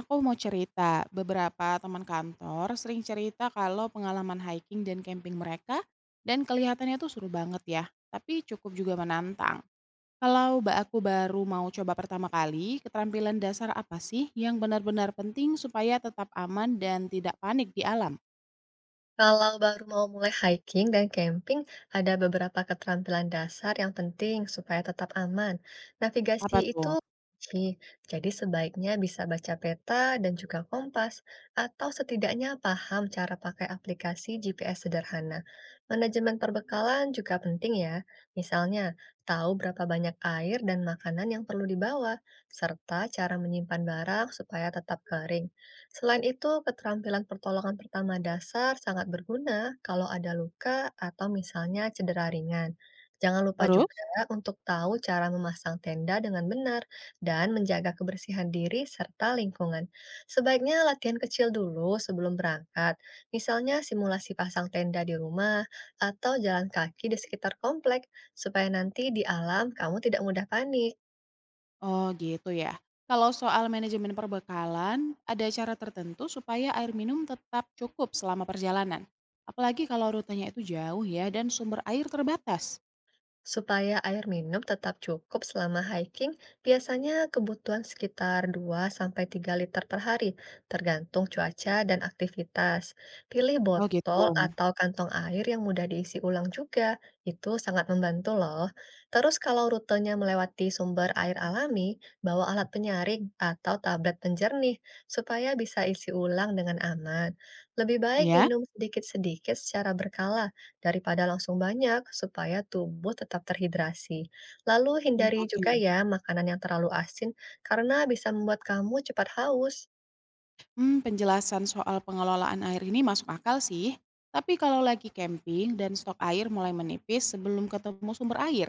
Aku mau cerita, beberapa teman kantor sering cerita kalau pengalaman hiking dan camping mereka dan kelihatannya tuh seru banget ya, tapi cukup juga menantang. Aku baru mau coba pertama kali, keterampilan dasar apa sih yang benar-benar penting supaya tetap aman dan tidak panik di alam? Kalau baru mau mulai hiking dan camping, ada beberapa keterampilan dasar yang penting supaya tetap aman. Navigasi Apa itu tuh? kunci, jadi sebaiknya bisa baca peta dan juga kompas, atau setidaknya paham cara pakai aplikasi GPS sederhana. Manajemen perbekalan juga penting ya, misalnya tahu berapa banyak air dan makanan yang perlu dibawa, serta cara menyimpan barang supaya tetap kering. Selain itu, keterampilan pertolongan pertama dasar sangat berguna kalau ada luka atau misalnya cedera ringan. Jangan lupa Terus? juga untuk tahu cara memasang tenda dengan benar dan menjaga kebersihan diri serta lingkungan. Sebaiknya latihan kecil dulu sebelum berangkat, misalnya simulasi pasang tenda di rumah atau jalan kaki di sekitar komplek, supaya nanti di alam kamu tidak mudah panik. Oh gitu ya. Kalau soal manajemen perbekalan, ada cara tertentu supaya air minum tetap cukup selama perjalanan. Apalagi kalau rutenya itu jauh ya dan sumber air terbatas. Supaya air minum tetap cukup selama hiking, biasanya kebutuhan sekitar 2 sampai 3 liter per hari, tergantung cuaca dan aktivitas. Pilih Oh gitu. botol atau kantong air yang mudah diisi ulang juga, itu sangat membantu loh. Terus kalau rutenya melewati sumber air alami, bawa alat penyaring atau tablet penjernih, supaya bisa isi ulang dengan aman. Lebih baik Ya? minum sedikit-sedikit secara berkala daripada langsung banyak supaya tubuh tetap terhidrasi. Lalu Hmm, hindari oke. juga ya makanan yang terlalu asin karena bisa membuat kamu cepat haus. Hmm, penjelasan soal pengelolaan air ini masuk akal sih. Tapi kalau lagi camping dan stok air mulai menipis sebelum ketemu sumber air,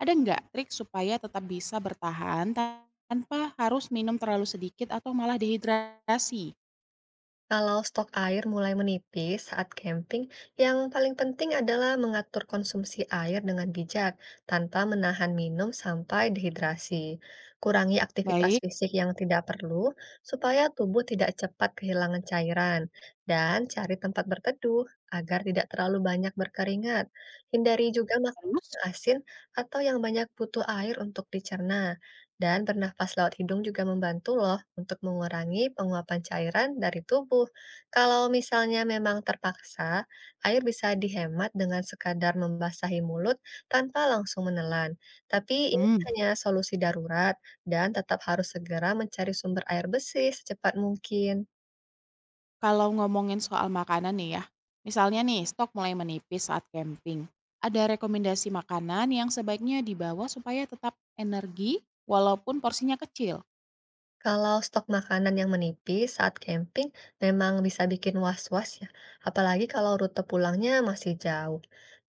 ada nggak trik supaya tetap bisa bertahan tanpa harus minum terlalu sedikit atau malah dehidrasi? Kalau stok air mulai menipis saat camping, yang paling penting adalah mengatur konsumsi air dengan bijak tanpa menahan minum sampai dehidrasi. Kurangi aktivitas Baik, fisik yang tidak perlu supaya tubuh tidak cepat kehilangan cairan, dan cari tempat berteduh agar tidak terlalu banyak berkeringat. Hindari juga makanan terus? yang asin atau yang banyak butuh air untuk dicerna. Dan bernafas lewat hidung juga membantu loh untuk mengurangi penguapan cairan dari tubuh. Kalau misalnya memang terpaksa, air bisa dihemat dengan sekadar membasahi mulut tanpa langsung menelan. Tapi ini Mmm, hanya solusi darurat dan tetap harus segera mencari sumber air bersih secepat mungkin. kalau ngomongin soal makanan nih ya, misalnya nih stok mulai menipis saat camping, ada rekomendasi makanan yang sebaiknya dibawa supaya tetap energi walaupun porsinya kecil? Kalau stok makanan yang menipis saat camping memang bisa bikin was-was ya, apalagi kalau rute pulangnya masih jauh.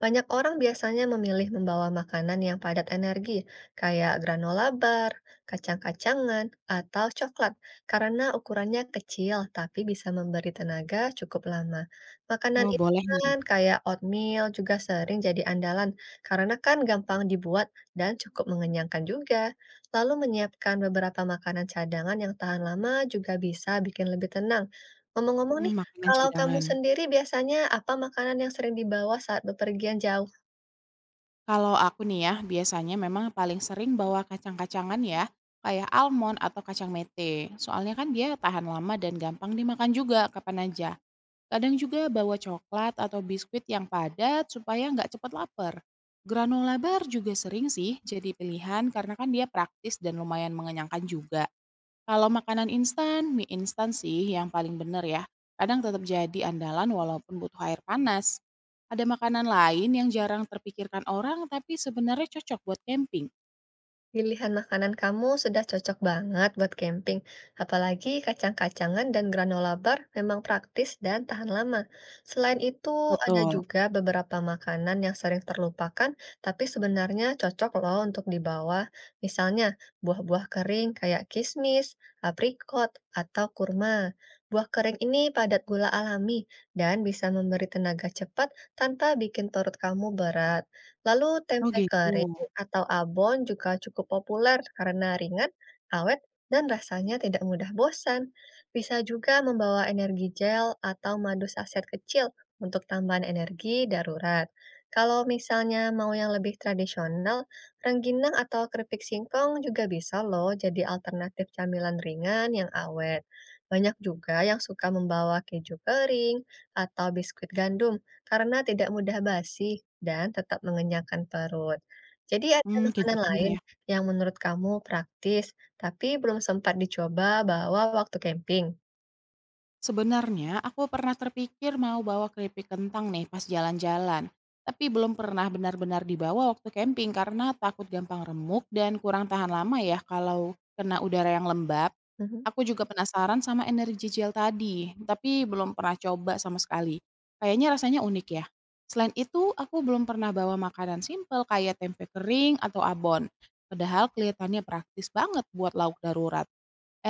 Banyak orang biasanya memilih membawa makanan yang padat energi, kayak granola bar, kacang-kacangan, atau coklat, karena ukurannya kecil tapi bisa memberi tenaga cukup lama. Makanan Oh boleh nih. instan kayak oatmeal juga sering jadi andalan, karena kan gampang dibuat dan cukup mengenyangkan juga. Lalu menyiapkan beberapa makanan cadangan yang tahan lama juga bisa bikin lebih tenang. Ngomong-ngomong nih, Makanan kalau kamu cadangan. sendiri biasanya apa makanan yang sering dibawa saat bepergian jauh? Kalau aku nih ya, biasanya memang paling sering bawa kacang-kacangan ya, kayak almond atau kacang mete, soalnya kan dia tahan lama dan gampang dimakan juga kapan aja. Kadang juga bawa coklat atau biskuit yang padat supaya nggak cepat lapar. Granola bar juga sering sih jadi pilihan karena kan dia praktis dan lumayan mengenyangkan juga. Kalau makanan instan, mie instan sih yang paling bener ya. Kadang tetap jadi andalan walaupun butuh air panas. Ada makanan lain yang jarang terpikirkan orang tapi sebenarnya cocok buat camping. Pilihan makanan kamu sudah cocok banget buat camping, apalagi kacang-kacangan dan granola bar memang praktis dan tahan lama. Selain itu, ada Betul. juga beberapa makanan yang sering terlupakan, tapi sebenarnya cocok loh untuk dibawa. Misalnya, buah-buah kering kayak kismis, aprikot, atau kurma. Buah kering ini padat gula alami dan bisa memberi tenaga cepat tanpa bikin perut kamu berat. Lalu Oh tempe gitu. kering atau abon juga cukup populer karena ringan, awet, dan rasanya tidak mudah bosan. Bisa juga membawa energi gel atau madu saset kecil untuk tambahan energi darurat. Kalau misalnya mau yang lebih tradisional, rengginang atau keripik singkong juga bisa loh jadi alternatif camilan ringan yang awet. Banyak juga yang suka membawa keju kering atau biskuit gandum karena tidak mudah basi dan tetap mengenyangkan perut. Jadi ada Hmm, keju makanan kering lain ya. yang menurut kamu praktis, tapi belum sempat dicoba bawa waktu camping? Sebenarnya aku pernah terpikir mau bawa keripik kentang nih pas jalan-jalan. Tapi belum pernah benar-benar dibawa waktu camping karena takut gampang remuk dan kurang tahan lama ya kalau kena udara yang lembab. Mhm. Aku juga penasaran sama energi gel tadi, tapi belum pernah coba sama sekali. Kayaknya rasanya unik ya. Selain itu, aku belum pernah bawa makanan simpel kayak tempe kering atau abon. Padahal kelihatannya praktis banget buat lauk darurat.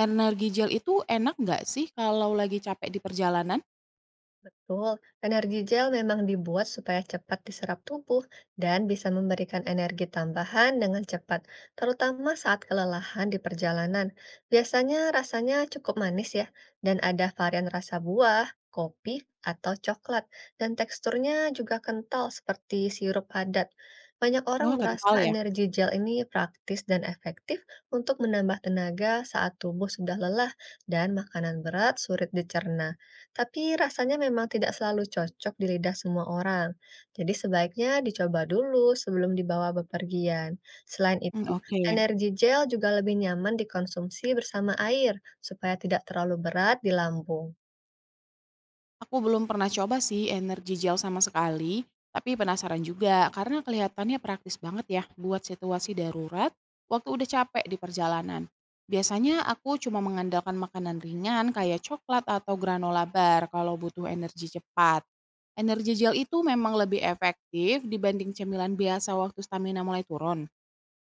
Energi gel itu enak nggak sih kalau lagi capek di perjalanan? Betul, energi gel memang dibuat supaya cepat diserap tubuh dan bisa memberikan energi tambahan dengan cepat, terutama saat kelelahan di perjalanan. Biasanya rasanya cukup manis ya, dan ada varian rasa buah, kopi, atau coklat, dan teksturnya juga kental seperti sirup padat. Banyak orang Oh kental merasa ya? energi gel ini praktis dan efektif untuk menambah tenaga saat tubuh sudah lelah dan makanan berat sulit dicerna tapi rasanya memang tidak selalu cocok di lidah semua orang. Jadi sebaiknya dicoba dulu sebelum dibawa bepergian. Selain Mmm, itu, oke. energi gel juga lebih nyaman dikonsumsi bersama air supaya tidak terlalu berat di lambung. Aku belum pernah coba sih energi gel sama sekali, tapi penasaran juga karena kelihatannya praktis banget ya buat situasi darurat waktu udah capek di perjalanan. Biasanya aku cuma mengandalkan makanan ringan kayak coklat atau granola bar kalau butuh energi cepat. Energi gel itu memang lebih efektif dibanding cemilan biasa waktu stamina mulai turun?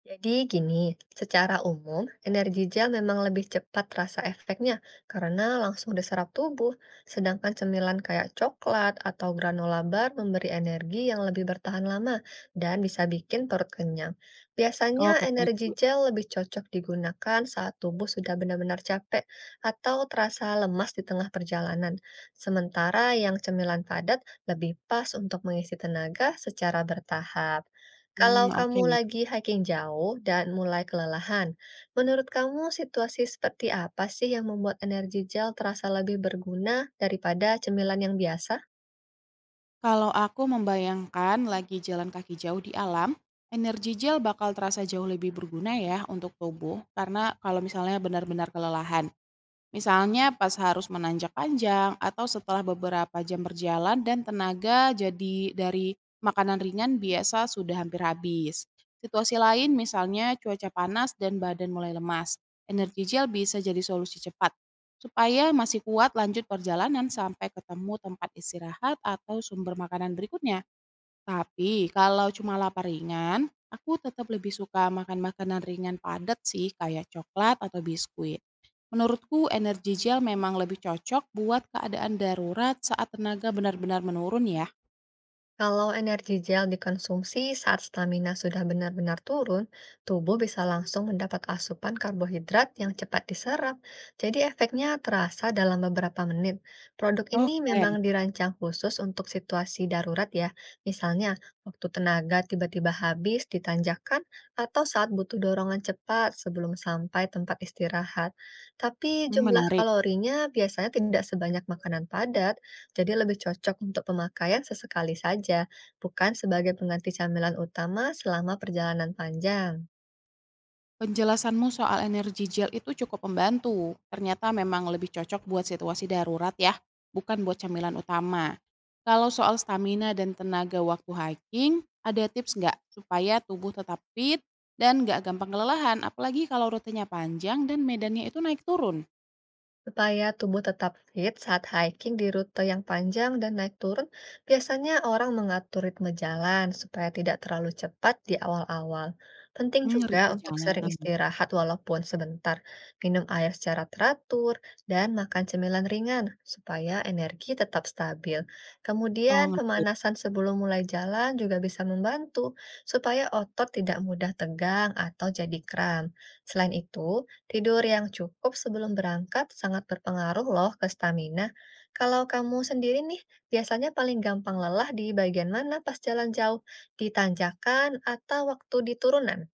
Jadi gini, secara umum energi gel memang lebih cepat terasa efeknya karena langsung diserap tubuh, sedangkan cemilan kayak coklat atau granola bar memberi energi yang lebih bertahan lama dan bisa bikin perut kenyang. Biasanya Oh, Kak, energi ngerti. gel lebih cocok digunakan saat tubuh sudah benar-benar capek atau terasa lemas di tengah perjalanan. Sementara yang cemilan padat lebih pas untuk mengisi tenaga secara bertahap. Kalau Mmm, oke. kamu lagi hiking jauh dan mulai kelelahan, menurut kamu situasi seperti apa sih yang membuat energi gel terasa lebih berguna daripada cemilan yang biasa? Kalau aku membayangkan lagi jalan kaki jauh di alam, energi gel bakal terasa jauh lebih berguna ya untuk tubuh, karena kalau misalnya benar-benar kelelahan. Misalnya pas harus menanjak panjang atau setelah beberapa jam berjalan dan tenaga jadi dari makanan ringan biasa sudah hampir habis. Situasi lain misalnya cuaca panas dan badan mulai lemas. Energi gel bisa jadi solusi cepat supaya masih kuat lanjut perjalanan sampai ketemu tempat istirahat atau sumber makanan berikutnya. Tapi kalau cuma lapar ringan, aku tetap lebih suka makan makanan ringan padat sih kayak coklat atau biskuit. Menurutku energi gel memang lebih cocok buat keadaan darurat saat tenaga benar-benar menurun ya. Kalau energi gel dikonsumsi saat stamina sudah benar-benar turun, tubuh bisa langsung mendapat asupan karbohidrat yang cepat diserap. Jadi efeknya terasa dalam beberapa menit. Produk Oh ini keren. memang dirancang khusus untuk situasi darurat ya. Misalnya, waktu tenaga tiba-tiba habis di tanjakan atau saat butuh dorongan cepat sebelum sampai tempat istirahat. Tapi Hmm, jumlah menarik. kalorinya biasanya tidak sebanyak makanan padat jadi lebih cocok untuk pemakaian sesekali saja, bukan sebagai pengganti camilan utama selama perjalanan panjang. Penjelasanmu soal energi gel itu cukup membantu. Ternyata memang lebih cocok buat situasi darurat ya, bukan buat camilan utama. Kalau soal stamina dan tenaga waktu hiking, ada tips nggak supaya tubuh tetap fit dan nggak gampang kelelahan, apalagi kalau rutenya panjang dan medannya itu naik turun? Supaya tubuh tetap fit saat hiking di rute yang panjang dan naik turun, biasanya orang mengatur ritme jalan supaya tidak terlalu cepat di awal-awal. Penting Hmm, juga ritme untuk sering jalan. istirahat walaupun sebentar, minum air secara teratur, dan makan cemilan ringan supaya energi tetap stabil. Oh Kemudian ngerti. pemanasan sebelum mulai jalan juga bisa membantu supaya otot tidak mudah tegang atau jadi kram. Selain itu, tidur yang cukup sebelum berangkat sangat berpengaruh loh ke stamina. Kalau kamu sendiri nih, biasanya paling gampang lelah di bagian mana pas jalan jauh? Di tanjakan atau waktu di turunan?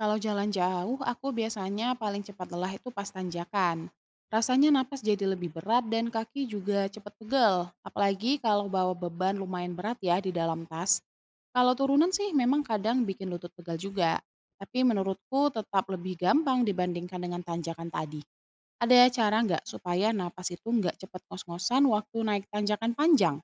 Kalau jalan jauh, aku biasanya paling cepat lelah itu pas tanjakan. Rasanya napas jadi lebih berat dan kaki juga cepat pegel. Apalagi kalau bawa beban lumayan berat ya di dalam tas. Kalau turunan sih memang kadang bikin lutut pegal juga. Tapi menurutku tetap lebih gampang dibandingkan dengan tanjakan tadi. Ada cara nggak supaya napas itu nggak cepat ngos-ngosan waktu naik tanjakan panjang?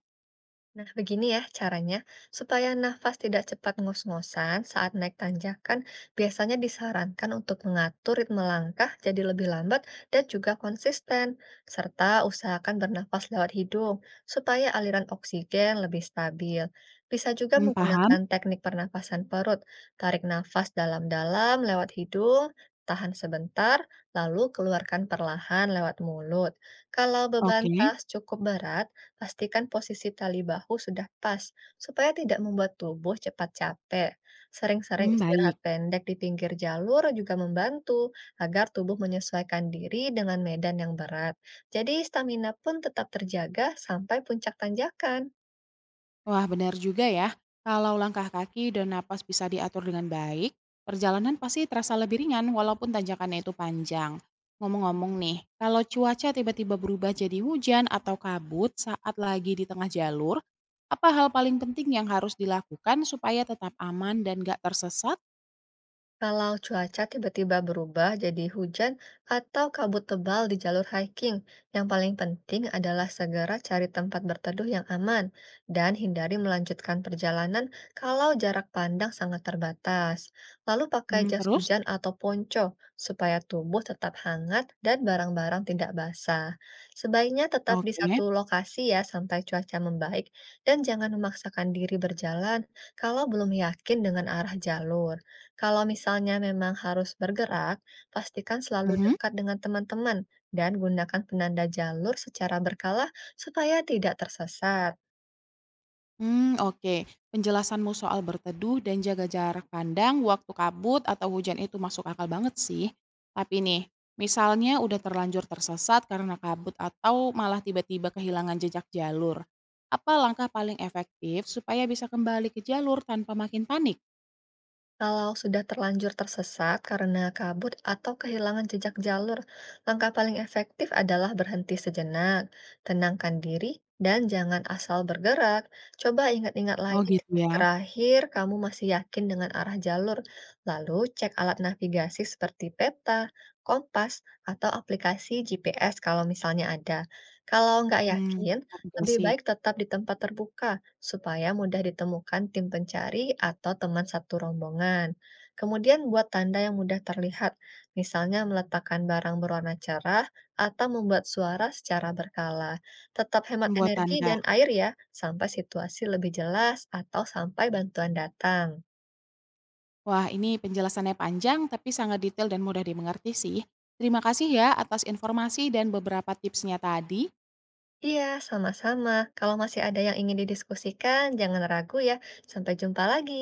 Nah, begini ya caranya, supaya nafas tidak cepat ngos-ngosan saat naik tanjakan, biasanya disarankan untuk mengatur ritme langkah jadi lebih lambat dan juga konsisten, serta usahakan bernafas lewat hidung supaya aliran oksigen lebih stabil. Bisa juga Hmm, paham? menggunakan teknik pernafasan perut, tarik nafas dalam-dalam lewat hidung, tahan sebentar, lalu keluarkan perlahan lewat mulut. Kalau beban Oke. tas cukup berat, pastikan posisi tali bahu sudah pas, supaya tidak membuat tubuh cepat capek. Sering-sering Hmm, istirahat baik. pendek di pinggir jalur juga membantu agar tubuh menyesuaikan diri dengan medan yang berat. Jadi stamina pun tetap terjaga sampai puncak tanjakan. Wah, benar juga ya. Kalau langkah kaki dan napas bisa diatur dengan baik, perjalanan pasti terasa lebih ringan walaupun tanjakannya itu panjang. Ngomong-ngomong nih, kalau cuaca tiba-tiba berubah jadi hujan atau kabut saat lagi di tengah jalur, apa hal paling penting yang harus dilakukan supaya tetap aman dan gak tersesat? Kalau cuaca tiba-tiba berubah jadi hujan atau kabut tebal di jalur hiking, yang paling penting adalah segera cari tempat berteduh yang aman dan hindari melanjutkan perjalanan kalau jarak pandang sangat terbatas. Lalu pakai Hmm, jas terus? hujan atau ponco supaya tubuh tetap hangat dan barang-barang tidak basah. Sebaiknya tetap di Oke. satu lokasi ya sampai cuaca membaik dan jangan memaksakan diri berjalan kalau belum yakin dengan arah jalur. Kalau misalnya memang harus bergerak, pastikan selalu Mhm. dekat dengan teman-teman dan gunakan penanda jalur secara berkala supaya tidak tersesat. Hmm, oke. Penjelasanmu soal berteduh dan jaga jarak pandang waktu kabut atau hujan itu masuk akal banget sih. Tapi nih, misalnya udah terlanjur tersesat karena kabut atau malah tiba-tiba kehilangan jejak jalur. Apa langkah paling efektif supaya bisa kembali ke jalur tanpa makin panik? Kalau sudah terlanjur tersesat karena kabut atau kehilangan jejak jalur, langkah paling efektif adalah berhenti sejenak, tenangkan diri, dan jangan asal bergerak. Coba ingat-ingat Oh lagi gitu titik ya. terakhir kamu masih yakin dengan arah jalur, lalu cek alat navigasi seperti peta, kompas, atau aplikasi GPS kalau misalnya ada. Kalau nggak Hmm, yakin, lebih navigasi, baik tetap di tempat terbuka supaya mudah ditemukan tim pencari atau teman satu rombongan. Kemudian buat tanda yang mudah terlihat, misalnya meletakkan barang berwarna cerah atau membuat suara secara berkala. Tetap hemat buat energi tanda. dan air ya, sampai situasi lebih jelas atau sampai bantuan datang. Wah, ini penjelasannya panjang tapi sangat detail dan mudah dimengerti sih. Terima kasih ya atas informasi dan beberapa tipsnya tadi. Iya, sama-sama. Kalau masih ada yang ingin didiskusikan, jangan ragu ya. Sampai jumpa lagi.